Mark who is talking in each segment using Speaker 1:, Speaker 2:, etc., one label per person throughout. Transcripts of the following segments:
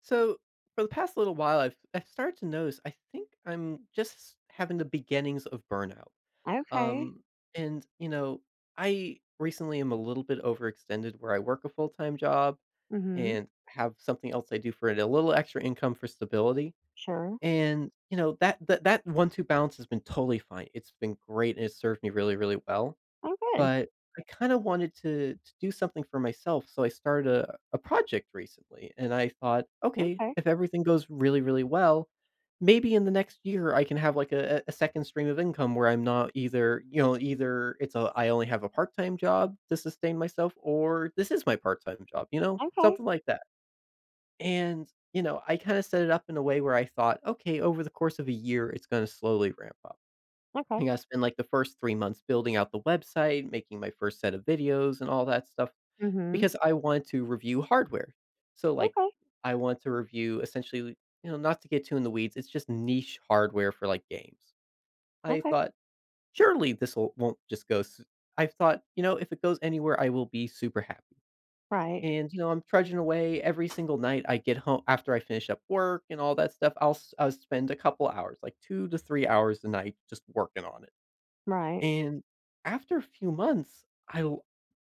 Speaker 1: So for the past little while, I've started to notice. I think I'm just having the beginnings of burnout.
Speaker 2: Okay.
Speaker 1: Um, and I recently am a little bit overextended where I work a full time job
Speaker 2: Mhm.
Speaker 1: and have something else I do for it, a little extra income for stability.
Speaker 2: Sure.
Speaker 1: And you know that one-two balance has been totally fine. It's been great and it's served me really, really well.
Speaker 2: Oh, good.
Speaker 1: But I kinda wanted to do something for myself, so I started a project recently, and I thought, "Okay,
Speaker 2: Okay.
Speaker 1: if everything goes really, really well, maybe in the next year I can have, like, a second stream of income where I'm not either you know, either it's a I only have a part-time job to sustain myself, or this is my part-time job," you know?
Speaker 2: Okay.
Speaker 1: Something like that. And, I kinda set it up in a way where I thought, "Okay, over the course of a year, it's gonna slowly ramp up."
Speaker 2: Okay.
Speaker 1: Like, I gotta spend, like, the first 3 months building out the website, making my first set of videos and all that stuff,
Speaker 2: Mhm.
Speaker 1: because I want to review hardware. So, like,
Speaker 2: Okay.
Speaker 1: I want to review essentially, not to get too in the weeds, it's just niche hardware for, like, games. I
Speaker 2: Okay.
Speaker 1: thought, "Surely this'll won't just go s" I thought, "You know, if it goes anywhere, I will be super happy."
Speaker 2: Right.
Speaker 1: And, I'm trudging away every single night I get home after I finish up work and all that stuff, I'll spend a couple hours, like 2 to 3 hours a night just working on it.
Speaker 2: Right.
Speaker 1: And after a few months, I l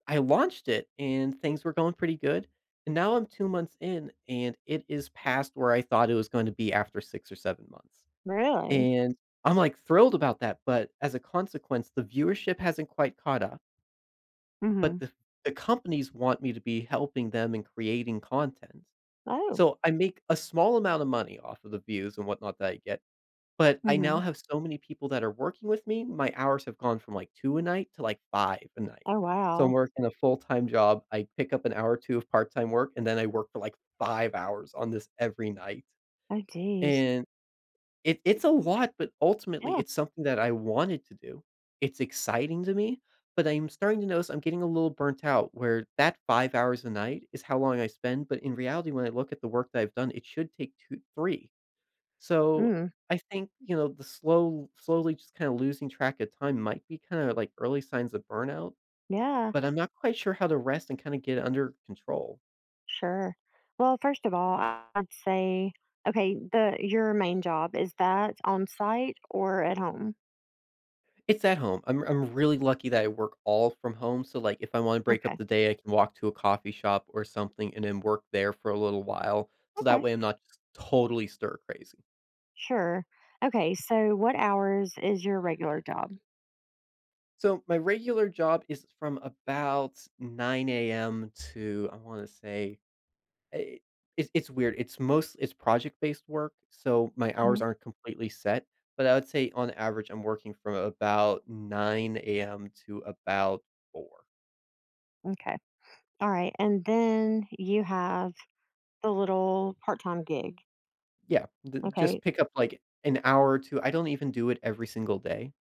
Speaker 1: I launched it and things were going pretty good, and now I'm 2 months in, and it is past where I thought it was going to be after 6 or 7 months,
Speaker 2: Really?
Speaker 1: and I'm, like, thrilled about that, but as a consequence, the viewership hasn't quite caught up, but
Speaker 2: Mhm.
Speaker 1: the companies want me to be helping them and creating content.
Speaker 2: Oh.
Speaker 1: So I make a small amount of money off of the views and whatnot that I get, but I now
Speaker 2: Mhm.
Speaker 1: have so many people that are working with me, my hours have gone from, like, 2 a night to, like, 5 a night.
Speaker 2: Oh,
Speaker 1: So I'm
Speaker 2: wow.
Speaker 1: working a full-time job, I pick up an hour or 2 of part-time work, and then I work for, like, 5 hours on this every night.
Speaker 2: Oh, geez.
Speaker 1: And it's a lot, but ultimately,
Speaker 2: Yeah.
Speaker 1: it's something that I wanted to do. It's exciting to me, but I'm starting to notice I'm getting a little burnt out where that 5 hours a night is how long I spend, but in reality, when I look at the work that I've done, it should take 2 3. So,
Speaker 2: Mm.
Speaker 1: I think, you know, the slow slowly just kinda losing track of time might be kinda like early signs of burnout,
Speaker 2: Yeah.
Speaker 1: but I'm not quite sure how to rest and kinda get it under control.
Speaker 2: Sure. Well, first of all, I'd say, okay, the your main job, is that on site or at home?
Speaker 1: It's at home. I'm really lucky that I work all from home, so, like, if I wanna break up
Speaker 2: Okay.
Speaker 1: the day, I can walk to a coffee shop or something and then work there for a little while, so that
Speaker 2: Okay.
Speaker 1: way I'm not just totally stir crazy.
Speaker 2: Sure. Okay. So, what hours is your regular job?
Speaker 1: So, my regular job is from about 9 a.m. to, I wanna say I it's weird. It's project-based work, so my
Speaker 2: Mhm.
Speaker 1: hours aren't completely set, but I would say on average, I'm working from about 9 a.m. to about 4.
Speaker 2: Okay. All right. And then you have the little part-time gig.
Speaker 1: Yeah, d just
Speaker 2: Okay.
Speaker 1: pick up, like, an hour or 2. I don't even do it every single day,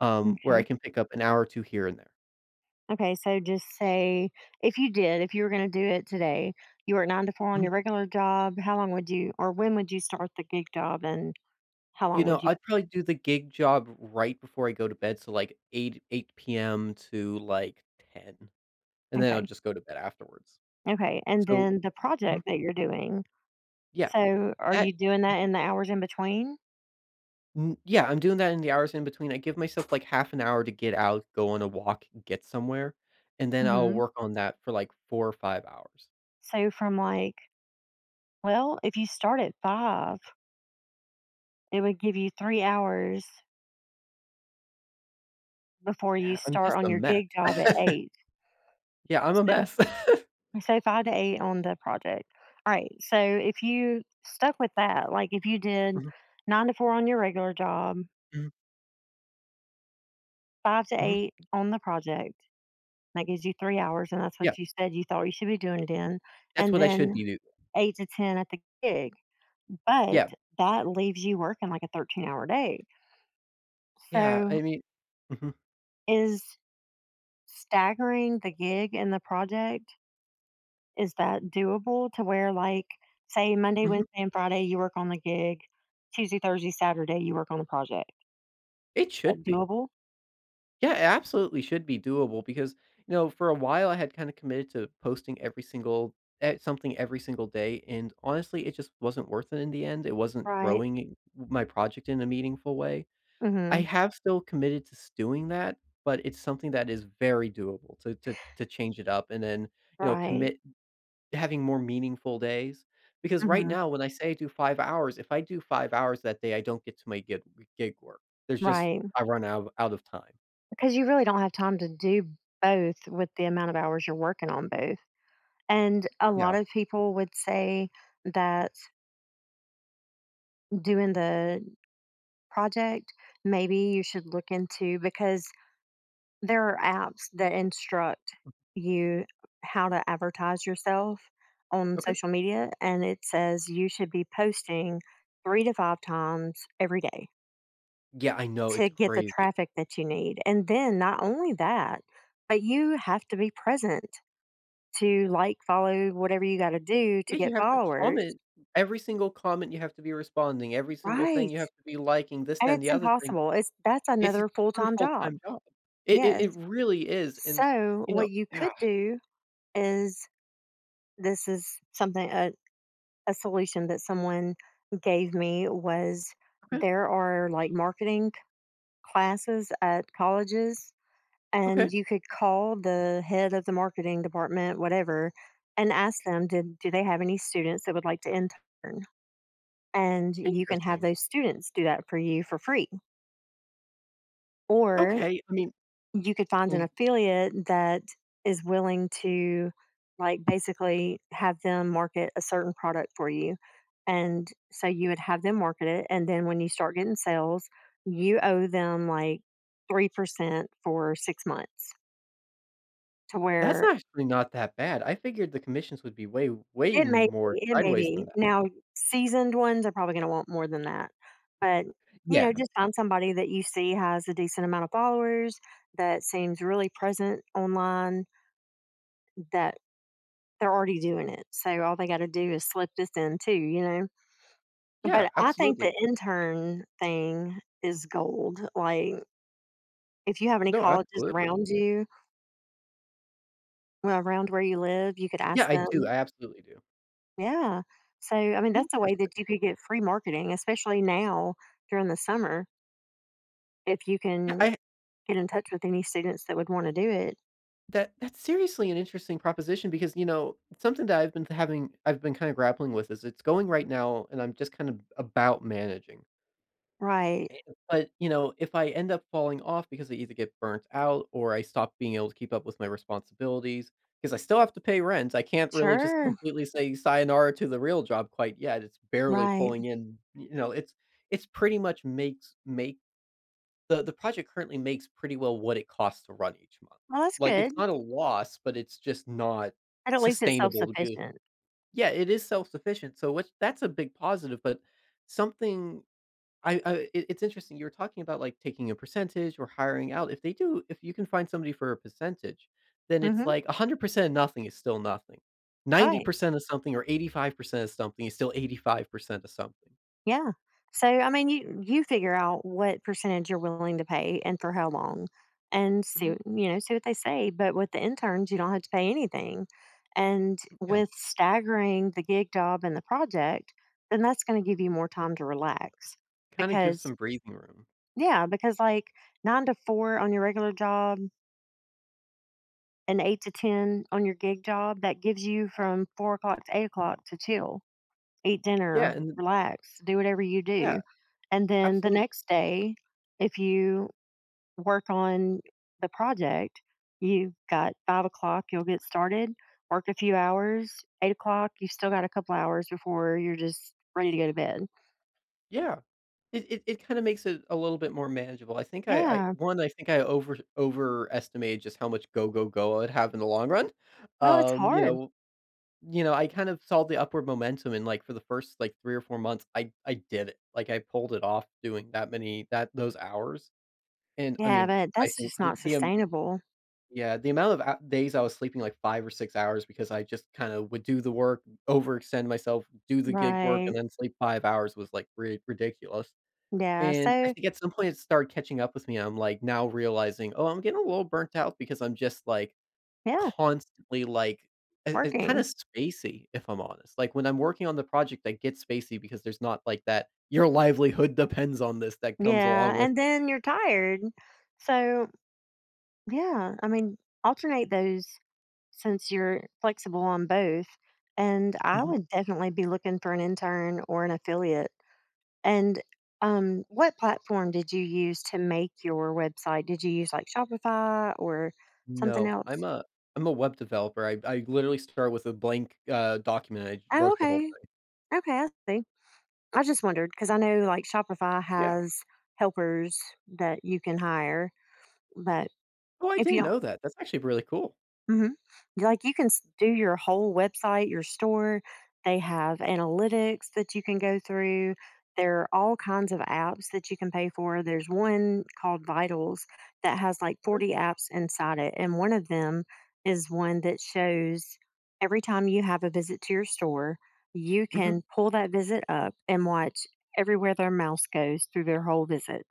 Speaker 1: where I
Speaker 2: Okay.
Speaker 1: can pick up an hour or 2 here and there.
Speaker 2: Okay, so just say, if you were gonna do it today, you work 9 to 4 on
Speaker 1: Mhm.
Speaker 2: your regular job, how long would you or when would you start the gig job, and how
Speaker 1: You
Speaker 2: long
Speaker 1: know,
Speaker 2: would you—
Speaker 1: I'd probably do the gig job right before I go to bed, so, like, 8 PM to, like, 10, and then I'll
Speaker 2: Okay.
Speaker 1: just go to bed afterwards.
Speaker 2: Okay, and
Speaker 1: So.
Speaker 2: then the
Speaker 1: Mhm.
Speaker 2: project that you're doing,
Speaker 1: Yeah,
Speaker 2: so are
Speaker 1: that.
Speaker 2: you doing that
Speaker 1: Mhm.
Speaker 2: in the hours in between?
Speaker 1: Mm, yeah, I'm doing that in the hours in between. I give myself, like, half an hour to get out, go on a walk, get somewhere, and then I'll
Speaker 2: Mhm.
Speaker 1: work on that for, like, 4 or 5 hours.
Speaker 2: So, if you start at 5, it would give you 3 hours before you
Speaker 1: Yeah, I'm just
Speaker 2: start on
Speaker 1: a
Speaker 2: your
Speaker 1: mess.
Speaker 2: gig job at 8.
Speaker 1: Yeah, I'm a
Speaker 2: So
Speaker 1: mess.
Speaker 2: So if I had to 8 on the project, all right. So if you stuck with that, like if you did
Speaker 1: Mhm,
Speaker 2: 9 to 4 on your regular job,
Speaker 1: mhm,
Speaker 2: five to
Speaker 1: mhm.
Speaker 2: eight on the project, that gives you 3 hours, and that's
Speaker 1: Yeah,
Speaker 2: what you said you thought you should be doing it in,
Speaker 1: that's
Speaker 2: and
Speaker 1: what I should
Speaker 2: then
Speaker 1: be doing.
Speaker 2: 8 to 10 at the gig. But
Speaker 1: Yeah,
Speaker 2: that leaves you working like a 13-hour day.
Speaker 1: yeah,
Speaker 2: So,
Speaker 1: I mean. Mhm,
Speaker 2: is staggering the gig and the project, is that doable to where, like, say Monday,
Speaker 1: mhm.
Speaker 2: Wednesday, and Friday you work on the gig, Tuesday, Thursday, Saturday you work on the project?
Speaker 1: It
Speaker 2: Is
Speaker 1: should
Speaker 2: that
Speaker 1: be.
Speaker 2: doable?
Speaker 1: Yeah, it absolutely should be doable because, for a while I had kind of committed to posting something every single day, and honestly, it just wasn't worth it in the end. It wasn't
Speaker 2: Right.
Speaker 1: growing my project in a meaningful way. I
Speaker 2: Mhm.
Speaker 1: have still committed to doing that, but it's something that is very doable to change it up and then
Speaker 2: Right.
Speaker 1: commit having more meaningful days. Because right
Speaker 2: Mhm.
Speaker 1: now, when I say I do 5 hours, if I do 5 hours that day, I don't get to my gig work. There's just,
Speaker 2: Right.
Speaker 1: I run out of time.
Speaker 2: Because you really don't have time to do both with the amount of hours you're working on both. And a
Speaker 1: Yeah.
Speaker 2: lot of people would say that doing the project, maybe you should look into, because there are apps that instruct you how to advertise yourself on
Speaker 1: Okay.
Speaker 2: social media, and it says you should be posting three to five times every day
Speaker 1: Yeah, I know, it's
Speaker 2: to get the
Speaker 1: crazy.
Speaker 2: traffic that you need. And then not only that, but you have to be present to, like, follow, whatever you got to do to
Speaker 1: Yeah, you
Speaker 2: get
Speaker 1: have to
Speaker 2: followers.
Speaker 1: comment. Every single comment you have to be responding, every single thing
Speaker 2: Right.
Speaker 1: you have to be liking, this,
Speaker 2: And
Speaker 1: that, and the
Speaker 2: it's
Speaker 1: other thing.
Speaker 2: impossible. It's that's
Speaker 1: It's a
Speaker 2: another
Speaker 1: true
Speaker 2: full-time job.
Speaker 1: full-time job. It it
Speaker 2: Yes.
Speaker 1: it really is, and,
Speaker 2: So what you
Speaker 1: yeah,
Speaker 2: could do is, this is something, a solution that someone gave me was,
Speaker 1: okay,
Speaker 2: there are, like, marketing classes at colleges, and
Speaker 1: okay,
Speaker 2: you could call the head of the marketing department, whatever, and ask them, did do they have any students that would like to intern, and you can have
Speaker 1: interesting.
Speaker 2: those students do that for you for free. Or
Speaker 1: Okay, I mean,
Speaker 2: you could find an
Speaker 1: l
Speaker 2: affiliate that is willing to, like, basically have them market a certain product for you. And so you would have them market it. And then when you start getting sales, you owe them like 3% for 6 months, to
Speaker 1: that's
Speaker 2: where—
Speaker 1: actually not that bad. I figured the commissions would be way, way m
Speaker 2: it may
Speaker 1: more
Speaker 2: be, it may
Speaker 1: sideways than
Speaker 2: be.
Speaker 1: that.
Speaker 2: Now, seasoned ones are probably going to want more than that. But, you
Speaker 1: Yeah,
Speaker 2: know, just find somebody that you see has a decent amount of followers, that seems really present online. That They're already doing it, so all they gotta do is slip this in too, you know?
Speaker 1: yeah,
Speaker 2: But I think the
Speaker 1: absolutely.
Speaker 2: intern thing is gold, like, if you have any
Speaker 1: No,
Speaker 2: colleges
Speaker 1: absolutely.
Speaker 2: around you— well, around where you live, you could
Speaker 1: Yeah,
Speaker 2: ask
Speaker 1: I do,
Speaker 2: them.
Speaker 1: I absolutely do.
Speaker 2: Yeah. So, I mean, that's a way that
Speaker 1: Interesting.
Speaker 2: you could get free marketing, especially now during the summer, if you
Speaker 1: Yeah,
Speaker 2: can
Speaker 1: I
Speaker 2: get in touch with any students that would wanna do it.
Speaker 1: That that's seriously an interesting proposition because, something that I've been kind of grappling with is it's going right now and I'm just kind of about managing.
Speaker 2: Right.
Speaker 1: Eh But, if I end up falling off because I either get burnt out or I stop being able to keep up with my responsibilities, because I still have to pay rent, I can't really just
Speaker 2: Sure.
Speaker 1: completely say sayonara to the real job quite yet. It's barely
Speaker 2: Right.
Speaker 1: pulling in, it's pretty much makes make the project currently makes pretty well what it costs to run each month.
Speaker 2: Well, that's
Speaker 1: Like, it's
Speaker 2: good,
Speaker 1: not a loss, but it's just not
Speaker 2: and at least it's
Speaker 1: sustainable to do.
Speaker 2: self-sufficient.
Speaker 1: Yeah, it is self-sufficient, so which that's a big positive, but something, I it's interesting, you were talking about, like, taking a percentage or hiring out. If they do if you can find somebody for a percentage, then it's
Speaker 2: Mhm.
Speaker 1: like 100% of nothing is still nothing.
Speaker 2: Right.
Speaker 1: 90% of something or 85% of something is still 85% of something.
Speaker 2: Yeah. So I mean, you figure out what percentage you're willing to pay and for how long, and see
Speaker 1: Mhm,
Speaker 2: you know see what they say. But with the interns, you don't have to pay anything, and
Speaker 1: yeah,
Speaker 2: with staggering the gig job and the project, then that's going to give you more time to relax,
Speaker 1: kinda gives
Speaker 2: because—
Speaker 1: some breathing room.
Speaker 2: yeah, because, like, 9 to 4 on your regular job and 8 to 10 on your gig job, that gives you from 4 o'clock to 8 o'clock to chill, eat
Speaker 1: Yeah,
Speaker 2: dinner,
Speaker 1: and
Speaker 2: relax, do whatever you
Speaker 1: yeah,
Speaker 2: do. And then the
Speaker 1: absolutely.
Speaker 2: next day, if you work on the project, you've got 5 o'clock, you'll get started, work a few hours, 8 o'clock, you've still got a couple hours before you're just ready to go to bed.
Speaker 1: Yeah. It kinda makes it a little bit more manageable. I think I
Speaker 2: Yeah.
Speaker 1: 1, I think I overestimated just how much go, go, go I'd have in the long run.
Speaker 2: Well, it's
Speaker 1: Um, you
Speaker 2: hard.
Speaker 1: know I kind of saw the upward momentum and, like, for the first, like, 3 or 4 months, I did it. Like, I pulled it off doing that many that those hours, and, I
Speaker 2: Yeah,
Speaker 1: mean,
Speaker 2: but
Speaker 1: I
Speaker 2: that's
Speaker 1: think
Speaker 2: just not sustainable.
Speaker 1: yeah, the amount of hou days I was sleeping, like, 5 or 6 hours because I just kinda would do the work, overextend myself, do the gig work, and
Speaker 2: Right.
Speaker 1: then sleep 5 hours was, like, ri ridiculous.
Speaker 2: Yeah.
Speaker 1: And I
Speaker 2: So,
Speaker 1: think at some point it started catching up with me, I'm, like, now realizing, "Oh, I'm getting a little burnt out because I'm just, like,
Speaker 2: yeah,
Speaker 1: constantly, like" it
Speaker 2: working.
Speaker 1: kinda spacey, if I'm honest. Like, when I'm working on the project, I get spacey because there's not, like, that "your livelihood depends on this" that comes
Speaker 2: Yeah.
Speaker 1: along with
Speaker 2: And
Speaker 1: it.
Speaker 2: then you're tired. So, yeah, I mean, alternate those since you're flexible on both. And I
Speaker 1: Mhm.
Speaker 2: would definitely be looking for an intern or an affiliate. And what platform did you use to make your website? Did you use like Shopify or something
Speaker 1: No,
Speaker 2: else?
Speaker 1: I'm a web developer. I literally start with a blank, document, and I
Speaker 2: Oh,
Speaker 1: wrote the whole
Speaker 2: okay.
Speaker 1: thing.
Speaker 2: Okay, I see. I just wondered because I know like Shopify
Speaker 1: Yeah.
Speaker 2: has helpers that you can hire, but
Speaker 1: Oh, I
Speaker 2: if
Speaker 1: didn't
Speaker 2: you—
Speaker 1: know that. That's actually really cool.
Speaker 2: Mhm. Like, you can s do your whole website, your store. They have analytics that you can go through. There are all kinds of apps that you can pay for. There's one called Vitals that has, like, 40 apps inside it, and one of them is one that shows every time you have a visit to your store, you
Speaker 1: Mhm,
Speaker 2: can pull that visit up and watch everywhere their mouse goes through their whole visit.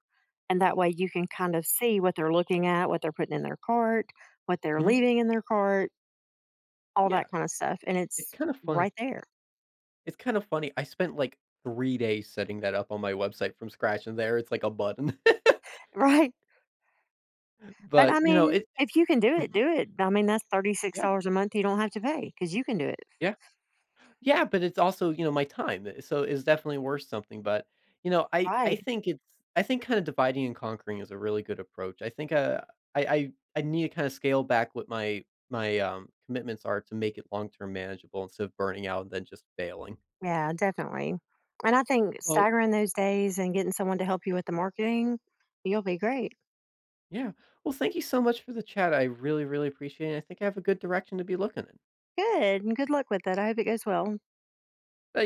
Speaker 2: And that way you can kind of see what they're looking at, what they're putting in their cart, what they're
Speaker 1: mhm.
Speaker 2: leaving in their cart, all
Speaker 1: Yeah.
Speaker 2: that kind of stuff. And
Speaker 1: It's
Speaker 2: it's
Speaker 1: kinda funny.
Speaker 2: right there.
Speaker 1: It's kind of funny, I spent, like, 3 days setting that up on my website from scratch, and there it's like a button.
Speaker 2: Right. But
Speaker 1: But,
Speaker 2: I
Speaker 1: you know,
Speaker 2: mean,
Speaker 1: it
Speaker 2: if you can do it,
Speaker 1: Mhm.
Speaker 2: do it. I mean, that's
Speaker 1: Yeah,
Speaker 2: $36 a month you don't have to pay because you can do it.
Speaker 1: yeah. Yeah, but it's also, my time, so it's definitely worth something, but, I
Speaker 2: Right.
Speaker 1: think kinda dividing and conquering is a really good approach. I think, I need to kinda scale back what my commitments are to make it long-term manageable instead of burning out and then just failing.
Speaker 2: Yeah, definitely. And I think
Speaker 1: Well,
Speaker 2: staggering those days and getting someone to help you with the marketing, you'll be great.
Speaker 1: yeah. Well, thank you so much for the chat, I really, really appreciate it, I think I have a good direction to be looking in.
Speaker 2: Good. And good luck with it. I hope it goes well.
Speaker 1: Tha